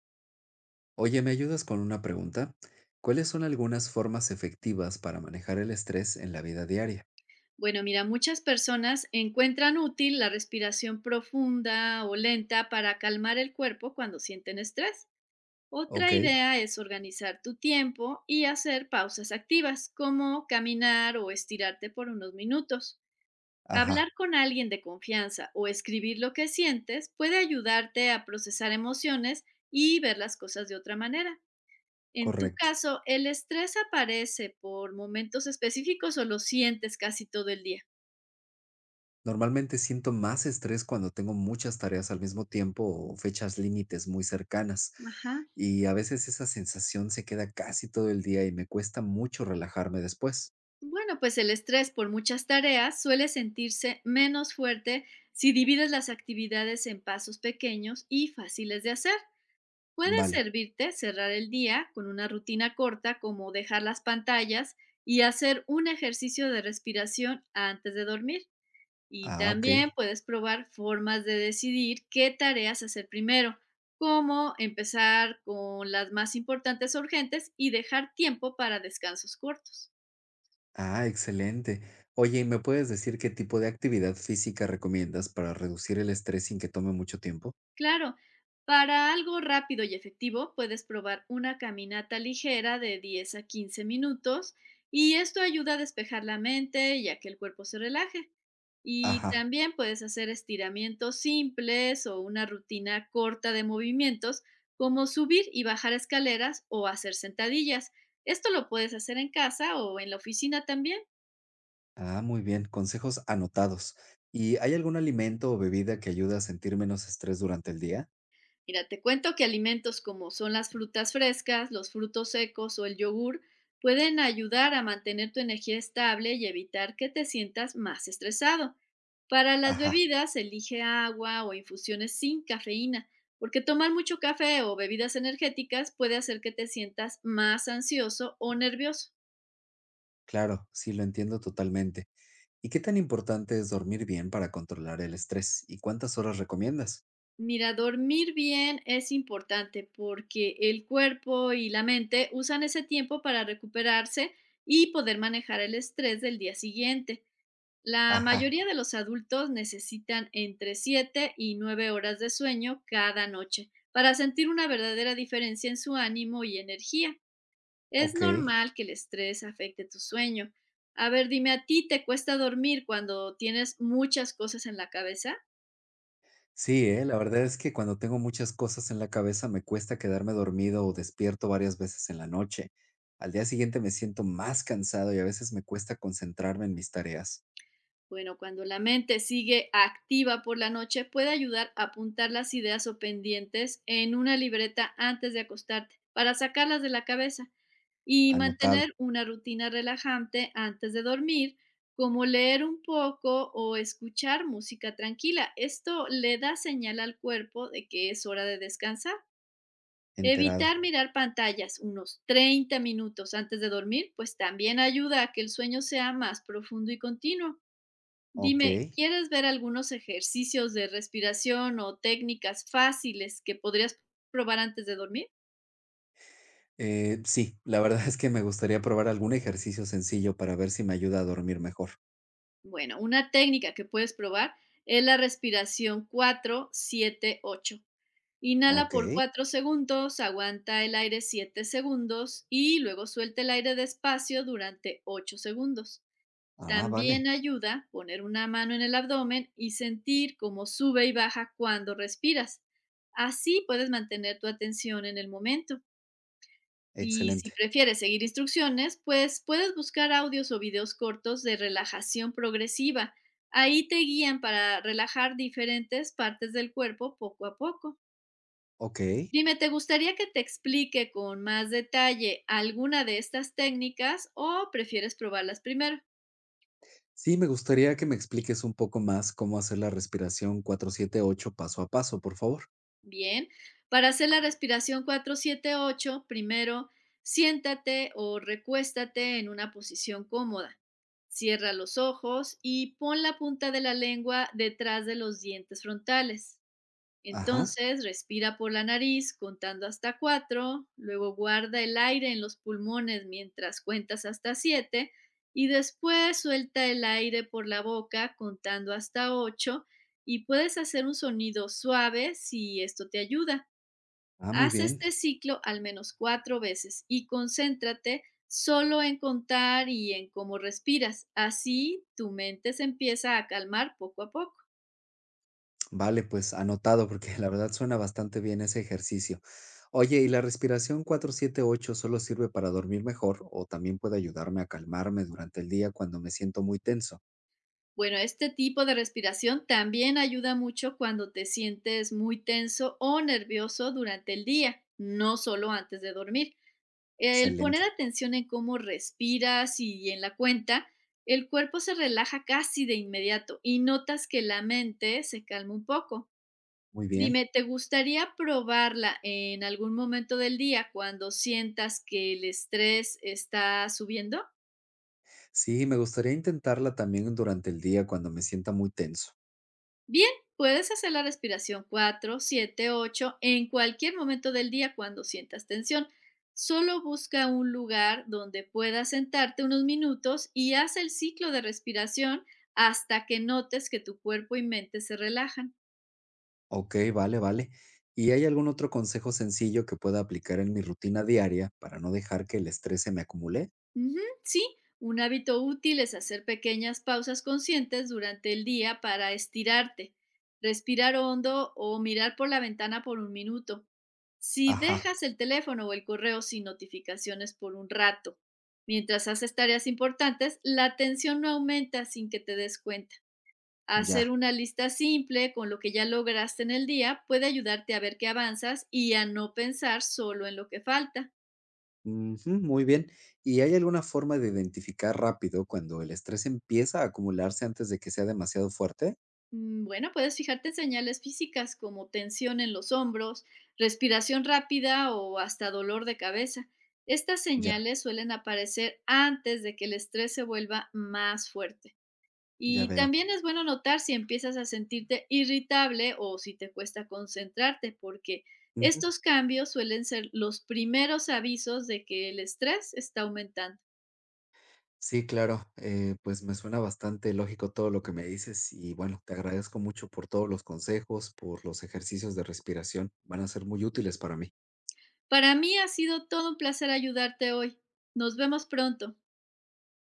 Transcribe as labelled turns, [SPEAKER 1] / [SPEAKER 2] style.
[SPEAKER 1] Oye, ¿me ayudas con una pregunta? ¿Cuáles son algunas formas efectivas para manejar el estrés en la vida diaria?
[SPEAKER 2] Bueno, mira, muchas personas encuentran útil la respiración profunda o lenta para calmar el cuerpo cuando sienten estrés. Otra
[SPEAKER 1] Ok,
[SPEAKER 2] idea es organizar tu tiempo y hacer pausas activas, como caminar o estirarte por unos minutos.
[SPEAKER 1] ajá,
[SPEAKER 2] Hablar con alguien de confianza o escribir lo que sientes puede ayudarte a procesar emociones y ver las cosas de otra manera. En tu
[SPEAKER 1] correcto.
[SPEAKER 2] caso, ¿el estrés aparece por momentos específicos o lo sientes casi todo el día?
[SPEAKER 1] Normalmente siento más estrés cuando tengo muchas tareas al mismo tiempo o fechas límites muy cercanas.
[SPEAKER 2] Ajá.
[SPEAKER 1] Y a veces esa sensación se queda casi todo el día y me cuesta mucho relajarme después.
[SPEAKER 2] Bueno, pues el estrés por muchas tareas suele sentirse menos fuerte si divides las actividades en pasos pequeños y fáciles de hacer. Puede
[SPEAKER 1] Vale.
[SPEAKER 2] servirte cerrar el día con una rutina corta, como dejar las pantallas y hacer un ejercicio de respiración antes de dormir. Y
[SPEAKER 1] Ah, ok.
[SPEAKER 2] también puedes probar formas de decidir qué tareas hacer primero, como empezar con las más importantes o urgentes y dejar tiempo para descansos cortos.
[SPEAKER 1] Ah, excelente. Oye, ¿y me puedes decir qué tipo de actividad física recomiendas para reducir el estrés sin que tome mucho tiempo?
[SPEAKER 2] Claro, para algo rápido y efectivo puedes probar una caminata ligera de 10 a 15 minutos, y esto ayuda a despejar la mente y a que el cuerpo se relaje. Y
[SPEAKER 1] Ajá.
[SPEAKER 2] también puedes hacer estiramientos simples o una rutina corta de movimientos, como subir y bajar escaleras o hacer sentadillas. Esto lo puedes hacer en casa o en la oficina también.
[SPEAKER 1] Ah, muy bien, consejos anotados. ¿Y hay algún alimento o bebida que ayude a sentir menos estrés durante el día?
[SPEAKER 2] Mira, te cuento que alimentos como son las frutas frescas, los frutos secos o el yogur pueden ayudar a mantener tu energía estable y evitar que te sientas más estresado. Para las
[SPEAKER 1] Ajá,
[SPEAKER 2] bebidas, elige agua o infusiones sin cafeína, porque tomar mucho café o bebidas energéticas puede hacer que te sientas más ansioso o nervioso.
[SPEAKER 1] claro, sí, lo entiendo totalmente. ¿Y qué tan importante es dormir bien para controlar el estrés? ¿Y cuántas horas recomiendas?
[SPEAKER 2] Mira, dormir bien es importante porque el cuerpo y la mente usan ese tiempo para recuperarse y poder manejar el estrés del día siguiente. La
[SPEAKER 1] Ajá,
[SPEAKER 2] mayoría de los adultos necesitan entre 7 y 9 horas de sueño cada noche para sentir una verdadera diferencia en su ánimo y energía. Es
[SPEAKER 1] ok.
[SPEAKER 2] normal que el estrés afecte tu sueño. A ver, dime, ¿a ti te cuesta dormir cuando tienes muchas cosas en la cabeza?
[SPEAKER 1] Sí, la verdad es que cuando tengo muchas cosas en la cabeza me cuesta quedarme dormido o despierto varias veces en la noche. Al día siguiente me siento más cansado y a veces me cuesta concentrarme en mis tareas.
[SPEAKER 2] Bueno, cuando la mente sigue activa por la noche, puede ayudar a apuntar las ideas o pendientes en una libreta antes de acostarte, para sacarlas de la cabeza y
[SPEAKER 1] Anotado,
[SPEAKER 2] mantener una rutina relajante antes de dormir, como leer un poco o escuchar música tranquila. Esto le da señal al cuerpo de que es hora de descansar.
[SPEAKER 1] enterado.
[SPEAKER 2] Evitar mirar pantallas unos 30 minutos antes de dormir, pues también ayuda a que el sueño sea más profundo y continuo.
[SPEAKER 1] Ok.
[SPEAKER 2] Dime, ¿quieres ver algunos ejercicios de respiración o técnicas fáciles que podrías probar antes de dormir?
[SPEAKER 1] Sí, la verdad es que me gustaría probar algún ejercicio sencillo para ver si me ayuda a dormir mejor.
[SPEAKER 2] Bueno, una técnica que puedes probar es la respiración 4-7-8. Inhala
[SPEAKER 1] Ok.
[SPEAKER 2] por 4 segundos, aguanta el aire 7 segundos y luego suelta el aire despacio durante 8 segundos.
[SPEAKER 1] Ah,
[SPEAKER 2] También
[SPEAKER 1] vale.
[SPEAKER 2] ayuda poner una mano en el abdomen y sentir cómo sube y baja cuando respiras. Así puedes mantener tu atención en el momento. Y si
[SPEAKER 1] Excelente.
[SPEAKER 2] prefieres seguir instrucciones, pues puedes buscar audios o videos cortos de relajación progresiva. Ahí te guían para relajar diferentes partes del cuerpo poco a poco.
[SPEAKER 1] Ok.
[SPEAKER 2] Dime, ¿te gustaría que te explique con más detalle alguna de estas técnicas, o prefieres probarlas primero?
[SPEAKER 1] Sí, me gustaría que me expliques un poco más cómo hacer la respiración 4-7-8 paso a paso, por favor.
[SPEAKER 2] Bien, para hacer la respiración 4-7-8, primero siéntate o recuéstate en una posición cómoda. Cierra los ojos y pon la punta de la lengua detrás de los dientes frontales.
[SPEAKER 1] Ajá.
[SPEAKER 2] Entonces, respira por la nariz contando hasta 4. Luego guarda el aire en los pulmones mientras cuentas hasta 7, y después suelta el aire por la boca contando hasta 8. Y puedes hacer un sonido suave si esto te ayuda.
[SPEAKER 1] Ah, muy
[SPEAKER 2] Haz
[SPEAKER 1] bien.
[SPEAKER 2] este ciclo al menos 4 veces y concéntrate solo en contar y en cómo respiras. Así tu mente se empieza a calmar poco a poco.
[SPEAKER 1] Vale, pues anotado, porque la verdad suena bastante bien ese ejercicio. Oye, ¿y la respiración 4-7-8 solo sirve para dormir mejor o también puede ayudarme a calmarme durante el día cuando me siento muy tenso?
[SPEAKER 2] Bueno, este tipo de respiración también ayuda mucho cuando te sientes muy tenso o nervioso durante el día, no solo antes de dormir. El poner
[SPEAKER 1] Excelente.
[SPEAKER 2] atención en cómo respiras y en la cuenta, el cuerpo se relaja casi de inmediato y notas que la mente se calma un poco.
[SPEAKER 1] Muy bien.
[SPEAKER 2] Dime, ¿te gustaría probarla en algún momento del día cuando sientas que el estrés está subiendo?
[SPEAKER 1] Sí, me gustaría intentarla también durante el día cuando me sienta muy tenso.
[SPEAKER 2] Bien, puedes hacer la respiración 4-7-8 en cualquier momento del día cuando sientas tensión. Solo busca un lugar donde puedas sentarte unos minutos y haz el ciclo de respiración hasta que notes que tu cuerpo y mente se relajan.
[SPEAKER 1] Ok, vale, vale. ¿Y hay algún otro consejo sencillo que pueda aplicar en mi rutina diaria para no dejar que el estrés se me acumule?
[SPEAKER 2] Ujú. Sí, un hábito útil es hacer pequeñas pausas conscientes durante el día para estirarte, respirar hondo o mirar por la ventana por un minuto. Si
[SPEAKER 1] Ajá,
[SPEAKER 2] dejas el teléfono o el correo sin notificaciones por un rato, mientras haces tareas importantes, la tensión no aumenta sin que te des cuenta.
[SPEAKER 1] ya.
[SPEAKER 2] Hacer una lista simple con lo que ya lograste en el día puede ayudarte a ver que avanzas y a no pensar solo en lo que falta.
[SPEAKER 1] Ujú, muy bien. ¿Y hay alguna forma de identificar rápido cuando el estrés empieza a acumularse antes de que sea demasiado fuerte?
[SPEAKER 2] Bueno, puedes fijarte en señales físicas como tensión en los hombros, respiración rápida o hasta dolor de cabeza. Estas
[SPEAKER 1] Ya,
[SPEAKER 2] señales suelen aparecer antes de que el estrés se vuelva más fuerte.
[SPEAKER 1] ya
[SPEAKER 2] Y
[SPEAKER 1] veo.
[SPEAKER 2] también es bueno notar si empiezas a sentirte irritable o si te cuesta concentrarte, porque
[SPEAKER 1] Ujú.
[SPEAKER 2] estos cambios suelen ser los primeros avisos de que el estrés está aumentando.
[SPEAKER 1] Sí, claro, pues me suena bastante lógico todo lo que me dices y bueno, te agradezco mucho por todos los consejos, por los ejercicios de respiración, van a ser muy útiles para mí.
[SPEAKER 2] Para mí ha sido todo un placer ayudarte hoy. Nos vemos pronto.